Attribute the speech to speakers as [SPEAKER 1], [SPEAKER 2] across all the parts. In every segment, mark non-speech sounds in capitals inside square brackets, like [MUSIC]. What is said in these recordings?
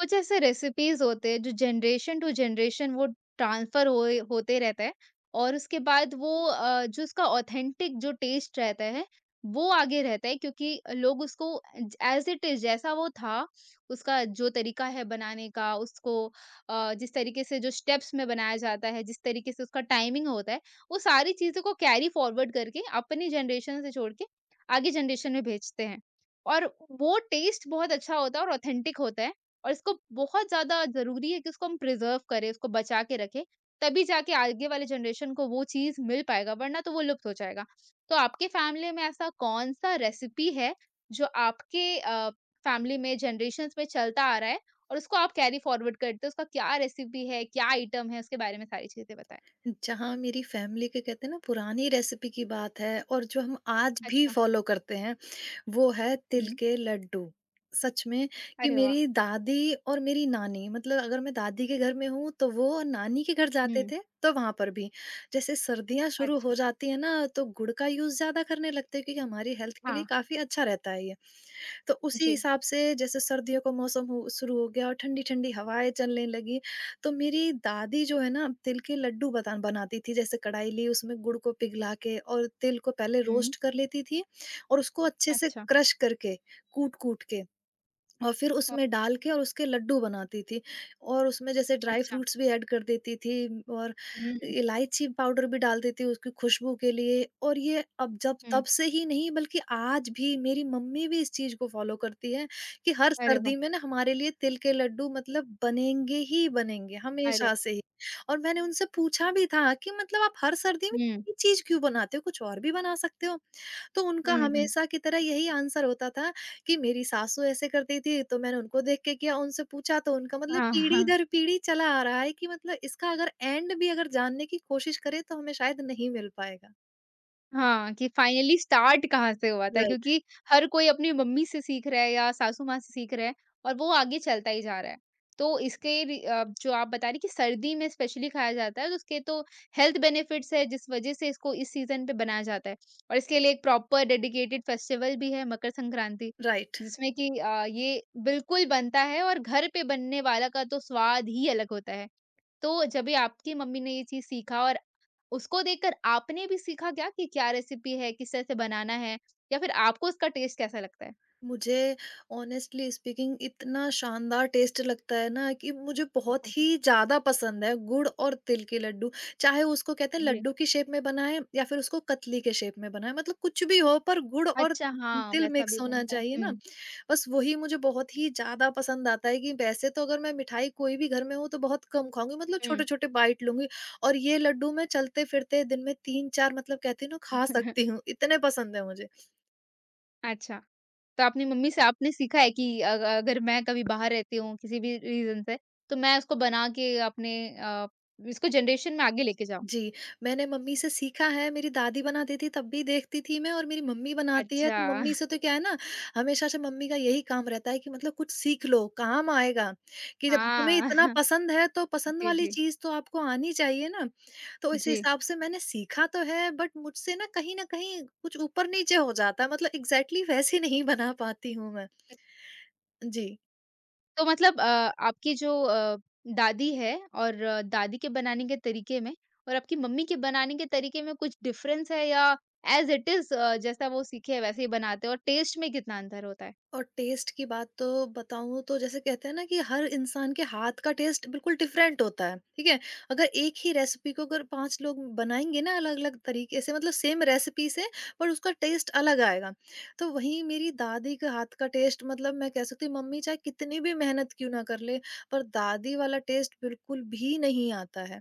[SPEAKER 1] कुछ ऐसे रेसिपीज़ होते हैं जो जनरेशन टू जनरेशन वो ट्रांसफ़र होए होते रहता है और उसके बाद वो जो उसका ऑथेंटिक जो टेस्ट रहता है, वो आगे रहता है क्योंकि लोग उसको एज़ इट इज़ जैसा वो था, उसका जो तरीका है बनाने का, उसको जिस तरीके से जो स्टेप्स में बनाया जाता है, जिस तरीके से उसका टाइमिंग होता है, वो सारी चीज़ों को कैरी फ़ॉरवर्ड करके अपनी जनरेशन से छोड़ के आगे जनरेशन में भेजते हैं। और वो टेस्ट बहुत अच्छा होता है और ऑथेंटिक होता है। और इसको बहुत ज़्यादा ज़रूरी है कि उसको हम प्रिज़र्व करें, उसको बचा के रखें, तभी जाके आगे वाले जनरेशन को वो चीज़ मिल पाएगा, वरना तो वो लुप्त हो जाएगा। तो आपके फैमिली में ऐसा कौन-सा रेसिपी है, जो आपके फैमिली में जनरेशंस में चलता आ रहा है और उसको आप कैरी फॉरवर्ड करते हो? उसका क्या रेसिपी है, क्या आइटम है? उसके बारे में सारी चीज़ें बताएँ।
[SPEAKER 2] जहाँ मेरी फैमिली के कहते हैं ना, पुरानी रेसिपी की बात है और जो हम आज भी
[SPEAKER 1] अच्छा।
[SPEAKER 2] फॉलो करते हैं, वो है तिल
[SPEAKER 1] हुँ।
[SPEAKER 2] के लड्डू। सच में। कि
[SPEAKER 1] अरे वाह!
[SPEAKER 2] मेरी दादी और मेरी नानी, मतलब अगर मैं दादी के घर में हूँ तो वो, और नानी के घर जाते
[SPEAKER 1] हुँ।
[SPEAKER 2] थे तो वहां पर भी, जैसे सर्दियां शुरू
[SPEAKER 1] अच्छा।
[SPEAKER 2] हो जाती है ना, तो गुड़ का यूज ज्यादा करने लगते हैं क्योंकि हमारी हेल्थ के लिए
[SPEAKER 1] हाँ,
[SPEAKER 2] काफी अच्छा रहता है ये। तो उसी
[SPEAKER 1] जी।
[SPEAKER 2] हिसाब से जैसे सर्दियों का मौसम हो, शुरू हो गया और ठंडी ठंडी हवाएं चलने लगी, तो मेरी दादी जो है ना, तिल के लड्डू बता बनाती थी। जैसे कढ़ाई ली, उसमें गुड़ को पिघला के और तिल को पहले
[SPEAKER 1] हुँ।
[SPEAKER 2] रोस्ट कर लेती थी, और उसको अच्छे से
[SPEAKER 1] अच्छा।
[SPEAKER 2] क्रश करके, कूट कूट के, और फिर
[SPEAKER 1] ओह!
[SPEAKER 2] उसमें डाल के और उसके लड्डू बनाती थी। और उसमें जैसे ड्राई
[SPEAKER 1] अच्छा।
[SPEAKER 2] फ्रूट्स भी ऐड कर देती थी और
[SPEAKER 1] हुँ,
[SPEAKER 2] इलायची पाउडर भी डाल देती थी उसकी खुशबू के लिए। और ये अब जब
[SPEAKER 1] हुँ।
[SPEAKER 2] तब से ही नहीं बल्कि आज भी मेरी मम्मी भी इस चीज़ को फॉलो करती है कि हर
[SPEAKER 1] अरे वाह!
[SPEAKER 2] सर्दी में ना हमारे लिए तिल के लड्डू मतलब बनेंगे ही बनेंगे
[SPEAKER 1] अरे
[SPEAKER 2] हमेशा से ही। और मैंने उनसे पूछा भी था कि मतलब आप हर सर्दी में
[SPEAKER 1] हुँ,
[SPEAKER 2] ये चीज़ क्यों बनाते हो, कुछ और भी बना सकते हो। तो उनका हुँ।
[SPEAKER 1] हुँ, हुँ।
[SPEAKER 2] हमेशा की तरह यही आंसर होता था कि मेरी सासू ऐसे करती थी, तो मैंने उनको देख के किया, उनसे पूछा तो उनका मतलब
[SPEAKER 1] हाँ,
[SPEAKER 2] पीढ़ी
[SPEAKER 1] हाँ।
[SPEAKER 2] दर पीढ़ी चला आ रहा है कि मतलब इसका अगर एंड भी अगर जानने की कोशिश करें तो हमें शायद नहीं मिल पाएगा।
[SPEAKER 1] हाँ, कि फाइनली स्टार्ट कहाँ से हुआ था
[SPEAKER 2] राइट,
[SPEAKER 1] क्योंकि हर कोई अपनी मम्मी से सीख रहा है या सासू माँ से सीख रहा है और वो आगे चलता ही जा रहा है। तो इसके जो आप बता रही कि सर्दी में स्पेशली खाया जाता है तो उसके तो हेल्थ बेनिफिट्स है जिस वज़ह से इसको इस सीज़न पे बनाया जाता है। और इसके लिए एक प्रॉपर डेडिकेटेड फेस्टिवल भी है मकर संक्रांति
[SPEAKER 2] राइट।
[SPEAKER 1] जिसमें कि ये बिल्कुल बनता है और घर पे बनने वाला का तो स्वाद ही अलग होता है। तो जब भी आपकी मम्मी ने ये चीज़ सीखा और उसको देखकर आपने भी सीखा क्या कि क्या रेसिपी है, किस तरह से बनाना है या फिर आपको उसका टेस्ट कैसा लगता है?
[SPEAKER 2] मुझे ऑनेस्टली स्पीकिंग इतना शानदार टेस्ट लगता है ना, कि मुझे बहुत ही
[SPEAKER 1] [LAUGHS]
[SPEAKER 2] ज़्यादा पसंद है गुड़ और तिल के लड्डू। चाहे उसको कहते हैं
[SPEAKER 1] जी।
[SPEAKER 2] लड्डू की शेप में बनाएँ या फिर उसको कतली के शेप में बनाएँ, मतलब कुछ भी हो, पर गुड़ और
[SPEAKER 1] अच्छा हाँ,
[SPEAKER 2] तिल
[SPEAKER 1] वैसा भी
[SPEAKER 2] मिक्स होना
[SPEAKER 1] बनता है।
[SPEAKER 2] चाहिए ना।
[SPEAKER 1] हुँ,
[SPEAKER 2] बस वही मुझे बहुत ही ज़्यादा पसंद आता है कि वैसे तो अगर मैं मिठाई कोई भी घर में हो तो बहुत कम खाऊँगी, मतलब
[SPEAKER 1] हुँ।
[SPEAKER 2] छोटे-छोटे बाइट लूँगी। और ये लड्डू मैं चलते-फिरते दिन में 3-4 मतलब कहती हूँ ना खा सकती
[SPEAKER 1] [LAUGHS]
[SPEAKER 2] हूँ, इतने पसंद है मुझे।
[SPEAKER 1] अच्छा, तो आपने मम्मी से आपने सीखा है कि अग अगर मैं कभी बाहर रहती हूँ किसी भी रीज़न से, तो मैं उसको बना के अपने अ, इसको जनरेशन में आगे लेके जाऊँ।
[SPEAKER 2] जी। मैंने मम्मी से सीखा है, मेरी दादी बनाती थी तब भी देखती थी मैं, और मेरी मम्मी बनाती है,
[SPEAKER 1] अच्छा,
[SPEAKER 2] तो
[SPEAKER 1] [LAUGHS]
[SPEAKER 2] मम्मी से तो क्या है ना, हमेशा से मम्मी का यही काम रहता है कि मतलब कुछ सीख लो, काम आएगा, कि जब तुम्हें
[SPEAKER 1] हाँ।
[SPEAKER 2] इतना
[SPEAKER 1] [LAUGHS]
[SPEAKER 2] पसंद है, तो पसंद
[SPEAKER 1] जी,
[SPEAKER 2] वाली
[SPEAKER 1] जी।
[SPEAKER 2] चीज़ तो आपको आनी चाहिए ना। तो इस
[SPEAKER 1] जी।
[SPEAKER 2] हिसाब से मैंने सीखा तो है, बट मुझसे ना कहीं न कहीं कुछ ऊपर-नीचे हो जाता है, मतलब एग्ज़ैक्टली वैसे नहीं बना पाती हूँ मैं। जी।
[SPEAKER 1] तो मतलब आपकी जो दादी है और दादी के बनाने के तरीके में और आपकी मम्मी के बनाने के तरीके में कुछ डिफरेंस है या एज़ इट इज़ जैसा वो सीखे हैं वैसे ही बनाते हो और टेस्ट में कितना अंतर होता है?
[SPEAKER 2] और टेस्ट की बात तो बताऊँ तो जैसे कहते हैं ना कि हर इंसान के हाथ का टेस्ट बिल्कुल डिफरेंट होता है, ठीक है? अगर एक ही रेसिपी को अगर 5 लोग बनाएँगे ना अलग-अलग तरीके से, मतलब सेम रेसिपी से, पर उसका टेस्ट अलग आएगा। तो वहीं मेरी दादी के हाथ का टेस्ट, मतलब मैं कह सकती हूँ, मम्मी चाहे कितनी भी मेहनत क्यों ना कर ले, पर दादी वाला टेस्ट बिल्कुल भी नहीं आता है।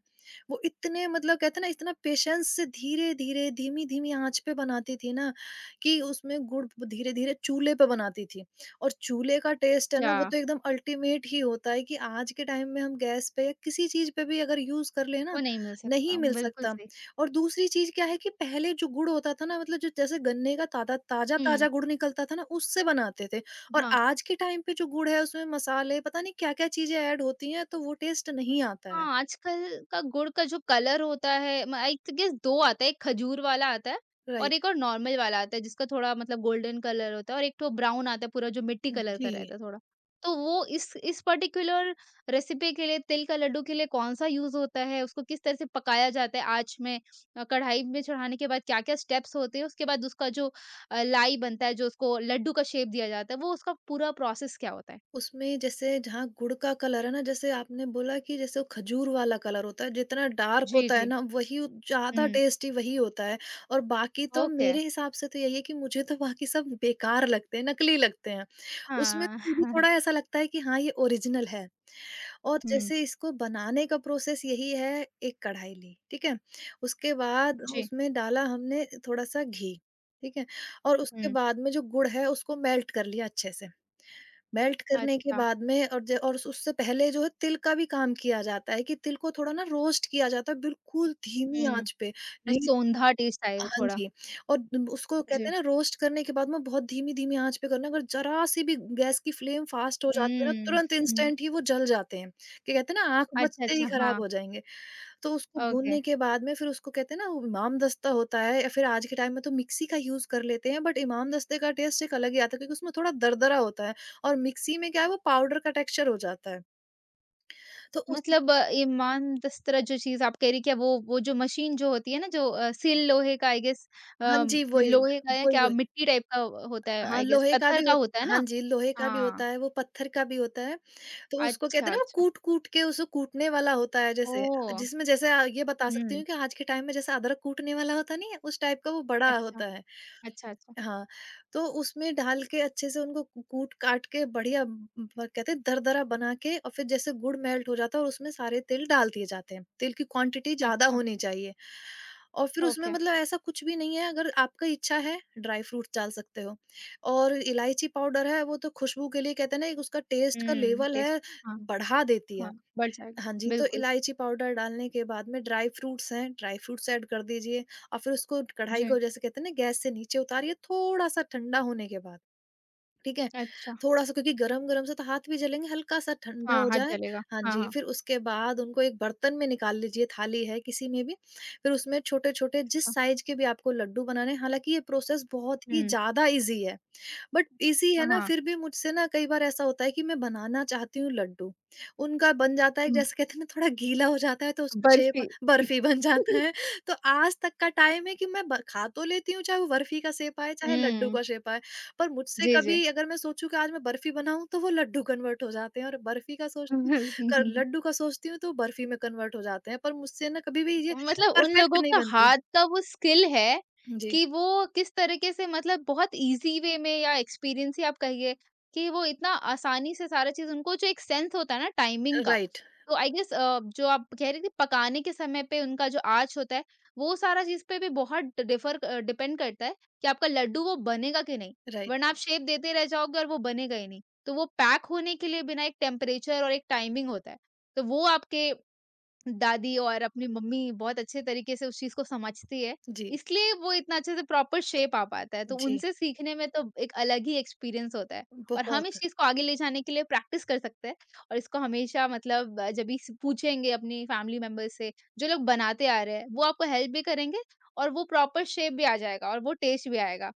[SPEAKER 2] वो इतने मतलब कहते हैं ना, इतना पेशेंस से धीरे-धीरे, धीमी-धीमी आँच पे बनाती थी ना, कि उसमें गुड़ धीरे-धीरे चूल्हे पे बनाती थी। और चूल्हे का टेस्ट है ना,
[SPEAKER 1] अच्छा,
[SPEAKER 2] वो तो एकदम अल्टीमेट ही होता है, कि आज के टाइम में हम गैस पे या किसी चीज़ पे भी अगर यूज़ कर लें
[SPEAKER 1] वो
[SPEAKER 2] ना,
[SPEAKER 1] नहीं मिल सकता,
[SPEAKER 2] नहीं मिल
[SPEAKER 1] बिल्कुल
[SPEAKER 2] सकता।
[SPEAKER 1] सही।
[SPEAKER 2] और दूसरी चीज़ क्या है कि पहले जो गुड़ होता था ना, मतलब जो जैसे गन्ने का तादा
[SPEAKER 1] हुँ,
[SPEAKER 2] ताज़ा-ताज़ा गुड़ निकलता था ना, उससे बनाते थे। और
[SPEAKER 1] हाँ।
[SPEAKER 2] आज के टाइम पे जो गुड़ है उसमें मसाले पता नहीं क्या-क्या चीज़ें ऐड होती हैं, तो वो टेस्ट नहीं आता है।
[SPEAKER 1] हाँ, आजकल का गुड़ का जो कलर होता है म आई गेस 2 आता है, एक खजूर वाला आता है और
[SPEAKER 2] राइट।
[SPEAKER 1] एक और नॉर्मल वाला आता है जिसका थोड़ा मतलब गोल्डन कलर होता है और एक ठो ब्राउन आता है पूरा जो मिट्टी कलर का
[SPEAKER 2] जी।
[SPEAKER 1] रहता है थोड़ा। तो वो इस पर्टिकुलर रेसिपी के लिए तिल का लड्डू के लिए कौन-सा यूज़ होता है? उसको किस तरह से पकाया जाता है आँच में कढ़ाई में चढ़ाने के बाद क्या-क्या स्टेप्स होते हैं? उसके बाद उसका जो लाई बनता है जो उसको लड्डू का शेप दिया जाता है, वो उसका पूरा प्रोसेस क्या होता है?
[SPEAKER 2] उसमें जैसे जहाँ गुड़ का कलर है ना, जैसे आपने बोला कि जैसे वो खजूर वाला कलर होता है, जितना डार्क
[SPEAKER 1] जी,
[SPEAKER 2] होता है
[SPEAKER 1] जी।
[SPEAKER 2] ना, वही उ ज़्यादा
[SPEAKER 1] हुँ,
[SPEAKER 2] टेस्टी वही होता है। और बाकी तो
[SPEAKER 1] ओके।
[SPEAKER 2] मेरे हिसाब से तो यही है कि मुझे तो बाकी सब बेकार लगते हैं, नकली लगते हैं। उसमें
[SPEAKER 1] हाँ।
[SPEAKER 2] तो भी
[SPEAKER 1] [LAUGHS]
[SPEAKER 2] थोड़ा ऐसा लगता है कि हाँ, ये ओरिजिनल है। और
[SPEAKER 1] हुँ।
[SPEAKER 2] जैसे इसको बनाने का प्रोसेस यही है, एक कढ़ाई ली, ठीक है? उसके बाद
[SPEAKER 1] जी,
[SPEAKER 2] उसमें डाला हमने थोड़ा-सा घी, ठीक है? और उसके
[SPEAKER 1] हुँ।
[SPEAKER 2] बाद में जो गुड़ है, उसको मेल्ट कर लिया अच्छे से। मेल्ट करने के
[SPEAKER 1] अच्छा,
[SPEAKER 2] बाद में, उससे पहले जो है तिल का भी काम किया जाता है, कि तिल को थोड़ा ना रोस्ट किया जाता है बिल्कुल धीमी
[SPEAKER 1] हुँ।
[SPEAKER 2] आँच पे। नहीं।
[SPEAKER 1] सोंधा टेस्ट आए वो
[SPEAKER 2] हाँ
[SPEAKER 1] थोड़ा।
[SPEAKER 2] जी। और द उसको
[SPEAKER 1] जी।
[SPEAKER 2] कहते हैं ना, रोस्ट करने के बाद में बहुत धीमी-धीमी आँच पे करना है, अगर ज़रा-सी भी गैस की फ्लेम फ़ास्ट हो जाती है ना,
[SPEAKER 1] हुँ,
[SPEAKER 2] तुरंत
[SPEAKER 1] हुँ।
[SPEAKER 2] इंस्टेंट ही वो जल जाते हैं, कि कहते हैं ना आँख
[SPEAKER 1] अच्छा,
[SPEAKER 2] बचते ही
[SPEAKER 1] अच्छा,
[SPEAKER 2] खराब
[SPEAKER 1] हाँ,
[SPEAKER 2] हो जाएँगे। तो उसको
[SPEAKER 1] ओके।
[SPEAKER 2] भूनने के बाद में फिर उसको कहते हैं ना, वो इमामदस्ता होता है, या फिर आज के टाइम में तो मिक्सी का यूज़ कर लेते हैं, बट इमामदस्ते का टेस्ट एक अलग ही आता है क्योंकि उसमें थोड़ा दरदरा होता है, और मिक्सी में क्या है वो पाउडर का टेक्सचर हो जाता है। तो उस
[SPEAKER 1] मतलब ईमान-दस्तरा जो चीज़ आप कह रही क्या वो जो मशीन जो होती है ना जो सील लोहे का आई गेस अ,
[SPEAKER 2] हाँ जी, वही,
[SPEAKER 1] लोहे का या
[SPEAKER 2] वही,
[SPEAKER 1] क्या
[SPEAKER 2] वही।
[SPEAKER 1] मिट्टी टाइप का होता है
[SPEAKER 2] हाँ,
[SPEAKER 1] आई गेस
[SPEAKER 2] लोहे का
[SPEAKER 1] पत्थर
[SPEAKER 2] भी
[SPEAKER 1] का
[SPEAKER 2] हो
[SPEAKER 1] होता है
[SPEAKER 2] हाँ
[SPEAKER 1] ना?
[SPEAKER 2] जी, लोहे का भी
[SPEAKER 1] हाँ,
[SPEAKER 2] होता है, वो पत्थर का भी होता है। तो उसको कहते
[SPEAKER 1] अच्छा,
[SPEAKER 2] हैं ना, वो
[SPEAKER 1] अच्छा।
[SPEAKER 2] कूट-कूट के उसको कूटने वाला होता है, जैसे
[SPEAKER 1] ओह!
[SPEAKER 2] जिसमें जैसे ये बता सकती
[SPEAKER 1] हुँ,
[SPEAKER 2] हूँ कि आज के टाइम में जैसे अदरक कूटने वाला होता नहीं है, उस टाइप का वो बड़ा
[SPEAKER 1] अच्छा,
[SPEAKER 2] होता है।
[SPEAKER 1] अच्छा, अच्छा,
[SPEAKER 2] हाँ, तो उसमें डाल के अच्छे से उनको कू कूट-काट के बढ़िया ब ब- कहते हैं दरदरा बना के, और फिर जैसे गुड़ मेल्ट हो जाता है और उसमें सारे तिल डाल दिए जाते हैं। तिल की क्वांटिटी ज़्यादा
[SPEAKER 1] अच्छा,
[SPEAKER 2] होनी चाहिए। और फिर उसमें
[SPEAKER 1] ओके।
[SPEAKER 2] मतलब ऐसा कुछ भी नहीं है, अगर आपका इच्छा है ड्राई फ्रूट्स डाल सकते हो। और इलायची पाउडर है, वो तो खुशबू के लिए कहते हैं ना, एक उसका टेस्ट का
[SPEAKER 1] हुँ,
[SPEAKER 2] लेवल
[SPEAKER 1] टेस्ट
[SPEAKER 2] है,
[SPEAKER 1] हाँ,
[SPEAKER 2] बढ़ा देती
[SPEAKER 1] हाँ,
[SPEAKER 2] है।
[SPEAKER 1] बढ़ जाएगा।
[SPEAKER 2] हाँ जी, तो
[SPEAKER 1] बिल्कुल।
[SPEAKER 2] इलायची पाउडर डालने के बाद में ड्राई फ्रूट्स हैं, ड्राई फ्रूट्स ऐड कर दीजिए। और फिर उसको, कढ़ाई
[SPEAKER 1] जी।
[SPEAKER 2] को जैसे कहते हैं ना, गैस से नीचे उतारिए थोड़ा-सा ठंडा होने के बाद, ठीक है?
[SPEAKER 1] अच्छा।
[SPEAKER 2] थोड़ा-सा, क्योंकि गरम-गरम से तो हाथ भी जलेंगे, हल्का-सा ठंडा
[SPEAKER 1] हाँ,
[SPEAKER 2] हो
[SPEAKER 1] हाथ
[SPEAKER 2] जाए।
[SPEAKER 1] जलेगा।
[SPEAKER 2] हाँ
[SPEAKER 1] हाँ,
[SPEAKER 2] जी,
[SPEAKER 1] हाँ,
[SPEAKER 2] फिर उसके बाद उनको एक बर्तन में निकाल लीजिए, थाली है किसी में भी। फिर उसमें छोटे-छोटे जिस
[SPEAKER 1] हाँ।
[SPEAKER 2] साइज़ के भी आपको लड्डू बनाने हैं, हालाँकि ये प्रोसेस बहुत ही
[SPEAKER 1] हुँ,
[SPEAKER 2] ज़्यादा ईज़ी है। बट इज़ी है
[SPEAKER 1] हाँ,
[SPEAKER 2] ना,
[SPEAKER 1] हाँ।
[SPEAKER 2] फिर भी मुझसे ना कई बार ऐसा होता है कि मैं बनाना चाहती हूँ लड्डू, उनका बन जाता है
[SPEAKER 1] उम,
[SPEAKER 2] जैसे कहते हैं ना थोड़ा गीला हो जाता है, तो उसकी शेप
[SPEAKER 1] बर्फी। [LAUGHS]
[SPEAKER 2] बर्फ़ी बन जाता है। तो आज तक का टाइम है कि मैं ब खा तो लेती हूँ, चाहे वो बर्फ़ी का शेप आए, चाहे लड्डू
[SPEAKER 1] हुँ,
[SPEAKER 2] का शेप आए, पर मुझसे
[SPEAKER 1] जी, जी।
[SPEAKER 2] कभी अगर मैं सोचूँ कि आज मैं बर्फ़ी बनाऊँ तो वो लड्डू कन्वर्ट हो जाते हैं, और बर्फ़ी का सोचती हूँ, कर
[SPEAKER 1] [LAUGHS]
[SPEAKER 2] लड्डू का सोचती हूँ तो बर्फ़ी में कन्वर्ट हो जाते हैं, पर मुझसे ना कभी भी ये
[SPEAKER 1] मतलब उन
[SPEAKER 2] परफ़ेक्ट
[SPEAKER 1] लोगों
[SPEAKER 2] नहीं
[SPEAKER 1] का
[SPEAKER 2] बनती।
[SPEAKER 1] हाथ का वो स्किल है
[SPEAKER 2] जी,
[SPEAKER 1] कि वो किस तरीके से मतलब बहुत ईज़ी वे में या एक्सपीरियंस ही आप कहिए कि वो इतना आसानी से सारा चीज़ उनको जो एक सेंस होता है ना टाइमिंग का,
[SPEAKER 2] राइट,
[SPEAKER 1] तो आई गेस जो आप कह रहे थे पकाने के समय पे उनका जो आँच होता है, वो सारा चीज़ पे भी बहुत डिपेंड करता है कि आपका लड्डू वो बनेगा कि नहीं,
[SPEAKER 2] राइट।
[SPEAKER 1] वरना आप शेप देते रह जाओगे और वो बनेगा ही नहीं। तो वो पैक होने के लिए बिना एक टेम्परेचर और एक टाइमिंग होता है, तो वो आपके दादी और अपनी मम्मी बहुत अच्छे तरीके से उस चीज़ को समझती है,
[SPEAKER 2] जी,
[SPEAKER 1] इसलिए वो इतना अच्छे से प्रॉपर शेप आ पाता है, तो
[SPEAKER 2] जी।
[SPEAKER 1] उनसे सीखने में तो एक अलग ही एक्सपीरियंस होता है। और हम
[SPEAKER 2] बहुत।
[SPEAKER 1] इस चीज़ को आगे ले जाने के लिए प्रैक्टिस कर सकते हैं और इसको हमेशा जब भी स पूछेंगे अपनी फैमिली मेंबर्स से, जो लोग बनाते आ रहे हैं, वो आपको हेल्प भी करेंगे और वो प्रॉपर शेप भी आ जाएगा और वो टेस्ट भी आएगा।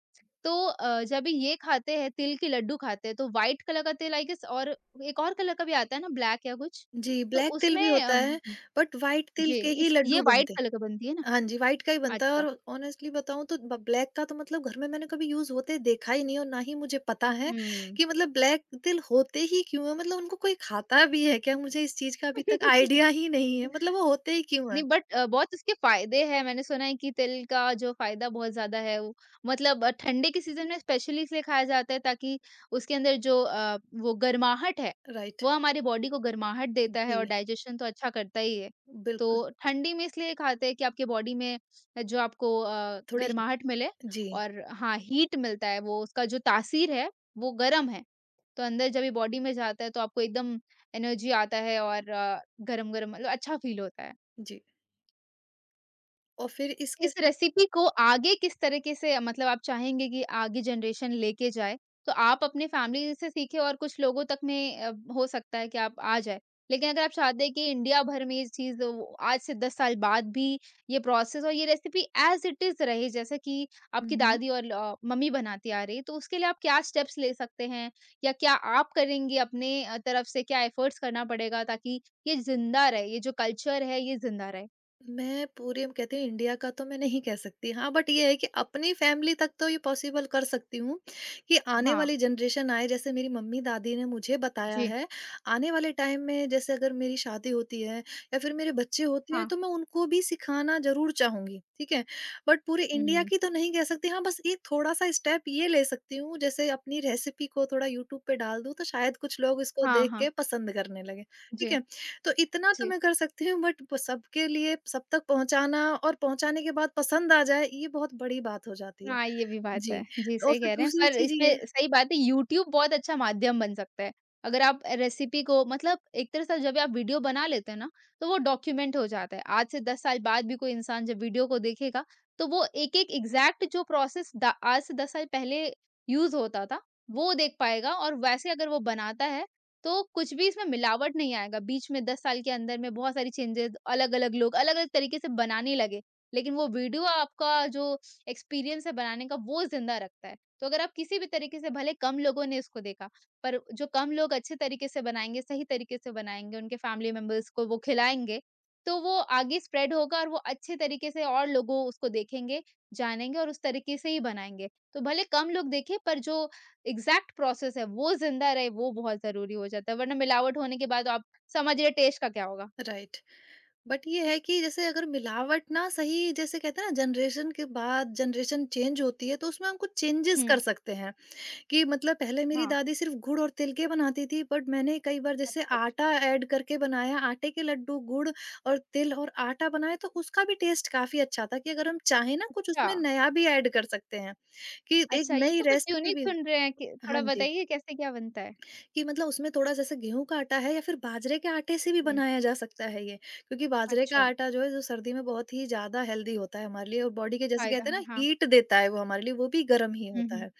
[SPEAKER 1] तो जब भी ये खाते हैं, तिल के लड्डू खाते हैं, तो व्हाइट कलर का तिल आई गेस और एक और कलर का भी आता है ना, ब्लैक या कुछ?
[SPEAKER 2] जी,
[SPEAKER 1] तो
[SPEAKER 2] ब्लैक तिल
[SPEAKER 1] उसमें
[SPEAKER 2] भी होता
[SPEAKER 1] अम
[SPEAKER 2] है, बट व्हाइट तिल
[SPEAKER 1] जी,
[SPEAKER 2] के ही
[SPEAKER 1] इस ये
[SPEAKER 2] लड्डू
[SPEAKER 1] व्हाइट
[SPEAKER 2] बनते
[SPEAKER 1] कलर का बनती है ना?
[SPEAKER 2] हैं। हाँ जी, व्हाइट का ही बनता है,
[SPEAKER 1] अच्छा,
[SPEAKER 2] और ऑनेस्टली बताऊँ तो ब ब्लैक का तो मतलब घर में मैंने कभी यूज़ होते देखा ही नहीं, और ना ही मुझे पता है
[SPEAKER 1] हुँ।
[SPEAKER 2] कि मतलब ब्लैक तिल होते ही क्यों हैं? मतलब उनको कोई खाता भी है क्या? मुझे इस चीज़ का अभी तक आइडिया
[SPEAKER 1] [LAUGHS]
[SPEAKER 2] ही नहीं है, मतलब वो होते ही क्यों
[SPEAKER 1] नहीं
[SPEAKER 2] हैं?
[SPEAKER 1] बट बहुत उसके फ़ायदे हैं, मैंने सुना है कि तिल का जो फ़ायदा बहुत ज़्यादा है वो मतलब ठंडे के सीज़न में स्पेशली इसलिए खाया जाता है ताकि उसके अंदर जो वो गर्माहट है,
[SPEAKER 2] राइट,
[SPEAKER 1] वो हमारी बॉडी को गर्माहट देता है और
[SPEAKER 2] जी,
[SPEAKER 1] डाइजेशन तो अच्छा करता ही है।
[SPEAKER 2] बिल्कुल,
[SPEAKER 1] तो ठंडी में इसलिए खाते हैं कि आपकी बॉडी में जो आपको
[SPEAKER 2] थोड़ी ही-
[SPEAKER 1] गर्माहट मिले
[SPEAKER 2] जी,
[SPEAKER 1] और हाँ, हीट मिलता है, वो उसका जो तासीर है, वो गरम है। तो अंदर जब ये बॉडी में जाता है तो आपको एकदम एनर्जी आता है और गरम-गरम मतलब अच्छा फील होता है।
[SPEAKER 2] जी। और फिर इसके
[SPEAKER 1] इस
[SPEAKER 2] सा।
[SPEAKER 1] रेसिपी को आगे किस तरीके से मतलब आप चाहेंगे कि आगे जनरेशन लेके जाए? तो आप अपने फैमिली से सीखे और कुछ लोगों तक में हो सकता है कि आप आ जाए। लेकिन अगर आप चाहते हैं कि इंडिया भर में ये चीज़ वो आज से 10 साल बाद भी ये प्रोसेस और ये रेसिपी एज़ इट इज़ रहे जैसे कि
[SPEAKER 2] हुँ,
[SPEAKER 1] आपकी
[SPEAKER 2] हुँ।
[SPEAKER 1] दादी और मम्मी बनाती आ रही है, तो उसके लिए आप क्या स्टेप्स ले सकते हैं? या क्या आप करेंगे अपने तरफ से क्या एफर्ट्स करना पड़ेगा ताकि ये ज़िंदा रहे, ये जो कल्चर है ये ज़िंदा रहे?
[SPEAKER 2] मैं पूरे कहते हैं इंडिया का तो मैं नहीं कह सकती हाँ, बट ये है कि अपनी फैमिली तक तो ये पॉसिबल कर सकती हूँ कि आने
[SPEAKER 1] हाँ।
[SPEAKER 2] वाली जनरेशन आए जैसे मेरी मम्मी दादी ने मुझे बताया
[SPEAKER 1] जी।
[SPEAKER 2] है। आने वाले टाइम में जैसे अगर मेरी शादी होती है या फिर मेरे बच्चे होते हैं,
[SPEAKER 1] हाँ।
[SPEAKER 2] तो मैं उनको भी सिखाना जरूर चाहूंगी, ठीक है? बट पूरे इंडिया
[SPEAKER 1] हुँ।
[SPEAKER 2] की तो नहीं कह सकती हाँ, बस एक थोड़ा सा स्टेप ये ले सकती हूँ, जैसे अपनी रेसिपी को थोड़ा यूट्यूब पे डाल दूँ तो शायद कुछ लोग इसको
[SPEAKER 1] हाँ,
[SPEAKER 2] देख
[SPEAKER 1] हाँ।
[SPEAKER 2] के पसंद करने लगे। ठीक
[SPEAKER 1] जी,
[SPEAKER 2] है, तो इतना तो
[SPEAKER 1] जी।
[SPEAKER 2] मैं कर सकती हूँ, बट ब सबके लिए सब तक पहुँचाना और पहुँचाने के बाद पसंद आ जाए, ये बहुत बड़ी बात हो जाती है।
[SPEAKER 1] हाँ, ये भी बात
[SPEAKER 2] जी।
[SPEAKER 1] है। जी,
[SPEAKER 2] और
[SPEAKER 1] सही
[SPEAKER 2] फिर
[SPEAKER 1] कह रहे हैं,
[SPEAKER 2] दूसरी
[SPEAKER 1] पर
[SPEAKER 2] चीज़ ये।
[SPEAKER 1] इसमें सही बात है यूट्यूब बहुत अच्छा माध्यम बन सकता है। अगर आप रेसिपी को मतलब एक तरह से जब आप वीडियो बना लेते हैं ना, तो वो डॉक्यूमेंट हो जाता है। आज से 10 साल बाद भी कोई इंसान जब वीडियो को देखेगा, तो वो एक-एक एग्ज़ैक्ट जो प्रोसेस द आज से 10 साल पहले यूज़ होता था, वो देख पाएगा और वैसे अगर वो बनाता है, तो कुछ भी इसमें मिलावट नहीं आएगा। बीच में 10 साल के अंदर में बहुत सारी चेंजेज़ अलग-अलग लोग अलग-अलग तरीके से बनाने लगे। लेकिन वो वीडियो आपका जो एक्सपीरियंस है बनाने का वो ज़िंदा रखता है। तो अगर आप किसी भी तरीके से भले कम लोगों ने इसको देखा, पर जो कम लोग अच्छे तरीके से बनाएँगे, सही तरीके से बनाएँगे, उनके फैमिली मेंबर्स को वो खिलाएँगे, तो वो आगे स्प्रेड होगा और वो अच्छे तरीके से और लोगों उसको देखेंगे, जानेंगे और उस तरीके से ही बनाएँगे। तो भले कम लोग देखें पर जो एग्ज़ैक्ट प्रोसेस है वो ज़िंदा रहे वो बहुत ज़रूरी हो जाता है, वरना मिलावट होने के बाद आप समझ रहे टेस्ट का क्या होगा?
[SPEAKER 2] राइट। बट ये है कि जैसे अगर मिलावट ना सही, जैसे कहते हैं ना जनरेशन के बाद जनरेशन चेंज होती है तो उसमें हम कुछ चेंजेज़
[SPEAKER 1] हुँ,
[SPEAKER 2] कर सकते हैं। कि मतलब पहले मेरी
[SPEAKER 1] हाँ।
[SPEAKER 2] दादी सिर्फ़ गुड़ और तिल के बनाती थी, बट मैंने कई बार जैसे
[SPEAKER 1] अच्छा, अच्छा।
[SPEAKER 2] आटा ऐड करके बनाया, आटे के लड्डू, गुड़ और तिल और आटा बनाया, तो उसका भी टेस्ट काफ़ी अच्छा था, कि अगर हम चाहें ना कुछ
[SPEAKER 1] अच्छा।
[SPEAKER 2] उसमें नया भी ऐड कर सकते हैं, कि एक
[SPEAKER 1] अच्छा, ये
[SPEAKER 2] नई
[SPEAKER 1] तो कुछ
[SPEAKER 2] रेसिपी
[SPEAKER 1] यूनिक
[SPEAKER 2] भी।
[SPEAKER 1] सुन रहे हैं कि
[SPEAKER 2] हाँ
[SPEAKER 1] थोड़ा
[SPEAKER 2] जी।
[SPEAKER 1] बताइए कैसे क्या बनता है?
[SPEAKER 2] कि मतलब उसमें थोड़ा जैसे गेहूँ का आटा है या फिर बाजरे के आटे से भी
[SPEAKER 1] हुँ,
[SPEAKER 2] बनाया जा सकता है ये। क्योंकि बाजरे का
[SPEAKER 1] अच्छा,
[SPEAKER 2] आटा जो है, जो सर्दी में बहुत ही ज़्यादा हेल्दी होता है हमारे लिए, और बॉडी के जैसे
[SPEAKER 1] फ़ायदा
[SPEAKER 2] कहते हैं
[SPEAKER 1] है,
[SPEAKER 2] ना
[SPEAKER 1] हाँ।
[SPEAKER 2] हीट देता है वो हमारे लिए, वो भी गर्म ही
[SPEAKER 1] हुँ,
[SPEAKER 2] होता
[SPEAKER 1] हुँ।
[SPEAKER 2] है।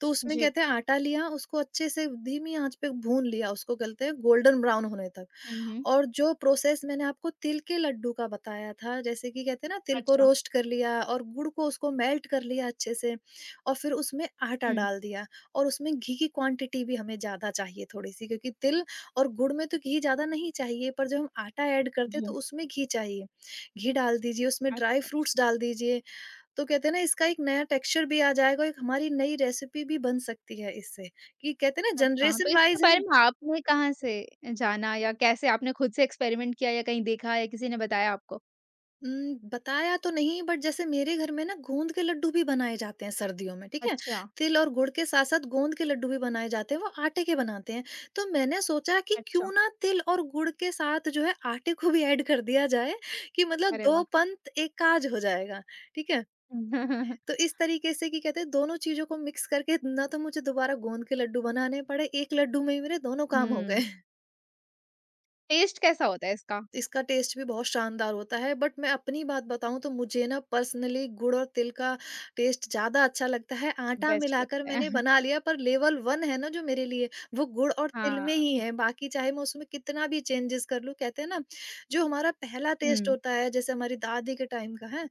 [SPEAKER 2] तो उसमें
[SPEAKER 1] जी।
[SPEAKER 2] कहते हैं आटा लिया, उसको अच्छे से धीमी आँच पे भून लिया, उसको कहते हैं गोल्डन ब्राउन होने तक।
[SPEAKER 1] हुँ, हुँ।
[SPEAKER 2] और जो प्रोसेस मैंने आपको तिल के लड्डू का बताया था, जैसे कि कहते हैं ना, तिल को
[SPEAKER 1] अच्छा,
[SPEAKER 2] रोस्ट कर लिया और गुड़ को उसको मेल्ट कर लिया अच्छे से, और फिर उसमें आटा
[SPEAKER 1] हुँ,
[SPEAKER 2] डाल दिया, और उसमें घी की क्वांटिटी भी हमें ज़्यादा चाहिए थोड़ी-सी, क्योंकि तिल और गुड़ में तो घी ज़्यादा नहीं चाहिए, पर जब हम आटा ऐड करते हैं तो
[SPEAKER 1] जी।
[SPEAKER 2] उसमें घी चाहिए। घी डाल दीजिए, उसमें ड्राई
[SPEAKER 1] अच्छा, अच्छा।
[SPEAKER 2] फ्रूट्स डाल दीजिए, तो कहते हैं ना इसका एक नया टेक्सचर भी आ जाएगा, एक हमारी नई रेसिपी भी बन सकती है इससे, कि कहते हैं ना
[SPEAKER 1] अच्छा, तो
[SPEAKER 2] जनरेशन
[SPEAKER 1] इसके
[SPEAKER 2] वाइज़
[SPEAKER 1] बारे
[SPEAKER 2] हम।
[SPEAKER 1] में आपने कहाँ से जाना या कैसे आपने खुद से एक्सपेरिमेंट किया या कहीं देखा या किसी ने बताया आपको?
[SPEAKER 2] बताया तो नहीं, बट जैसे मेरे घर में ना गोंद के लड्डू भी बनाए जाते हैं सर्दियों में, ठीक है?
[SPEAKER 1] अच्छा,
[SPEAKER 2] तिल और गुड़ के साथ-साथ गोंद के लड्डू भी बनाए जाते हैं, वो आटे के बनाते हैं। तो मैंने सोचा कि
[SPEAKER 1] अच्छा,
[SPEAKER 2] क्यों ना तिल और गुड़ के साथ जो है आटे को भी ऐड कर दिया जाए, कि मतलब
[SPEAKER 1] अरे
[SPEAKER 2] 2
[SPEAKER 1] वाह!
[SPEAKER 2] पंथ एक काज हो जाएगा, ठीक है? तो
[SPEAKER 1] [LAUGHS]
[SPEAKER 2] इस तरीके से, कि कहते हैं दोनों चीज़ों को मिक्स करके ना, तो मुझे दोबारा गोंद के लड्डू बनाने पड़े, एक लड्डू में ही मेरे दोनों काम हो
[SPEAKER 1] हुँ,
[SPEAKER 2] गए।
[SPEAKER 1] टेस्ट कैसा होता है इसका?
[SPEAKER 2] इसका टेस्ट भी बहुत शानदार होता है। बट मैं अपनी बात बताऊँ तो मुझे ना पर्सनली गुड़ और तिल का टेस्ट ज़्यादा अच्छा लगता है। आटा
[SPEAKER 1] बेस्ट
[SPEAKER 2] मिलाकर
[SPEAKER 1] लगता है।
[SPEAKER 2] मैंने
[SPEAKER 1] [LAUGHS]
[SPEAKER 2] बना लिया, पर लेवल 1 है ना जो मेरे लिए, वो गुड़ और तिल
[SPEAKER 1] हाँ,
[SPEAKER 2] में ही है। बाकी चाहे मैं उसमें कितना भी चेंजेस कर लूँ, कहते हैं ना, जो हमारा पहला टेस्ट
[SPEAKER 1] हुँ,
[SPEAKER 2] होता है जैसे हमारी दादी के टाइम का है,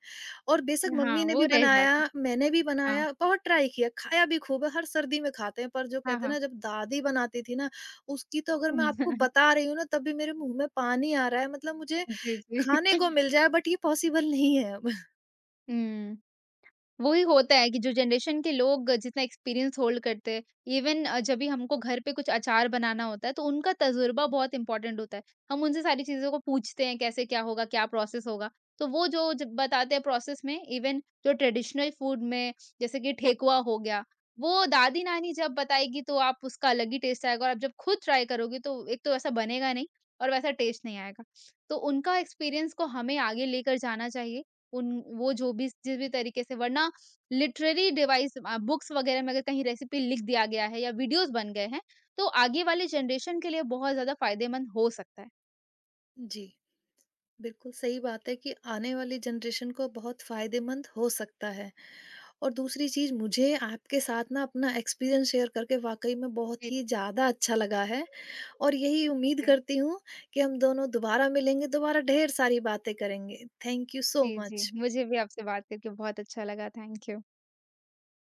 [SPEAKER 2] और बेशक
[SPEAKER 1] हाँ,
[SPEAKER 2] मम्मी ने
[SPEAKER 1] वो
[SPEAKER 2] भी
[SPEAKER 1] रह
[SPEAKER 2] बनाया,
[SPEAKER 1] जाता है।
[SPEAKER 2] मैंने भी
[SPEAKER 1] हाँ,
[SPEAKER 2] बनाया, बहुत ट्राई किया, खाया भी खूब है, हर सर्दी में खाते हैं। पर जो
[SPEAKER 1] हाँ,
[SPEAKER 2] कहते हैं
[SPEAKER 1] हाँ।
[SPEAKER 2] ना जब दादी बनाती थी ना, उसकी तो अगर मैं आपको
[SPEAKER 1] [LAUGHS]
[SPEAKER 2] बता रही हूँ ना तब भी मेरे मुँह में पानी आ रहा है, मतलब मुझे
[SPEAKER 1] जी, जी।
[SPEAKER 2] खाने को
[SPEAKER 1] [LAUGHS]
[SPEAKER 2] मिल जाए, बट ये पॉसिबल नहीं है अब। [LAUGHS]
[SPEAKER 1] हुँ। वही होता है कि जो जनरेशन के लोग जितना एक्सपीरियंस होल्ड करते हैं, इवन जब भी हमको घर पे कुछ अचार बनाना होता है, तो उनका तजुर्बा बहुत इम्पोर्टेंट होता है। हम उनसे सारी चीज़ों को पूछते हैं, कैसे क्या होगा, क्या प्रोसेस होगा। तो वो जो जब बताते हैं प्रोसेस में इवन जो ट्रेडिशनल फूड में जैसे कि ठेकुआ हो गया, वो दादी-नानी जब बताएगी तो आप उसका अलग ही टेस्ट आएगा और आप जब खुद ट्राई करोगे तो एक तो वैसा बनेगा नहीं और वैसा टेस्ट नहीं आएगा। तो उनका एक्सपीरियंस को हमें आगे लेकर जाना चाहिए। उन वो जो भी जिस भी तरीके से वरना बुक्स वगैरह में अगर कहीं रेसिपी लिख दिया गया है या वीडियोज़ बन गए हैं, तो आगे वाले जनरेशन के लिए बहुत ज़्यादा फ़ायदेमंद हो सकता है।
[SPEAKER 2] जी, बिल्कुल सही बात है कि आने वाली जनरेशन को बहुत फ़ायदेमंद हो सकता है। और दूसरी चीज़ मुझे आपके साथ ना अपना एक्सपीरियंस शेयर करके वाक़ई में
[SPEAKER 1] जी,
[SPEAKER 2] बहुत ही ज़्यादा अच्छा लगा है, और यही उम्मीद
[SPEAKER 1] जी।
[SPEAKER 2] करती हूँ कि हम दोनों दोबारा मिलेंगे, दोबारा ढेर सारी बातें करेंगे। थैंक यू सो
[SPEAKER 1] जी, जी।
[SPEAKER 2] मच।
[SPEAKER 1] मुझे भी आपसे बात करके बहुत अच्छा लगा। Thank you.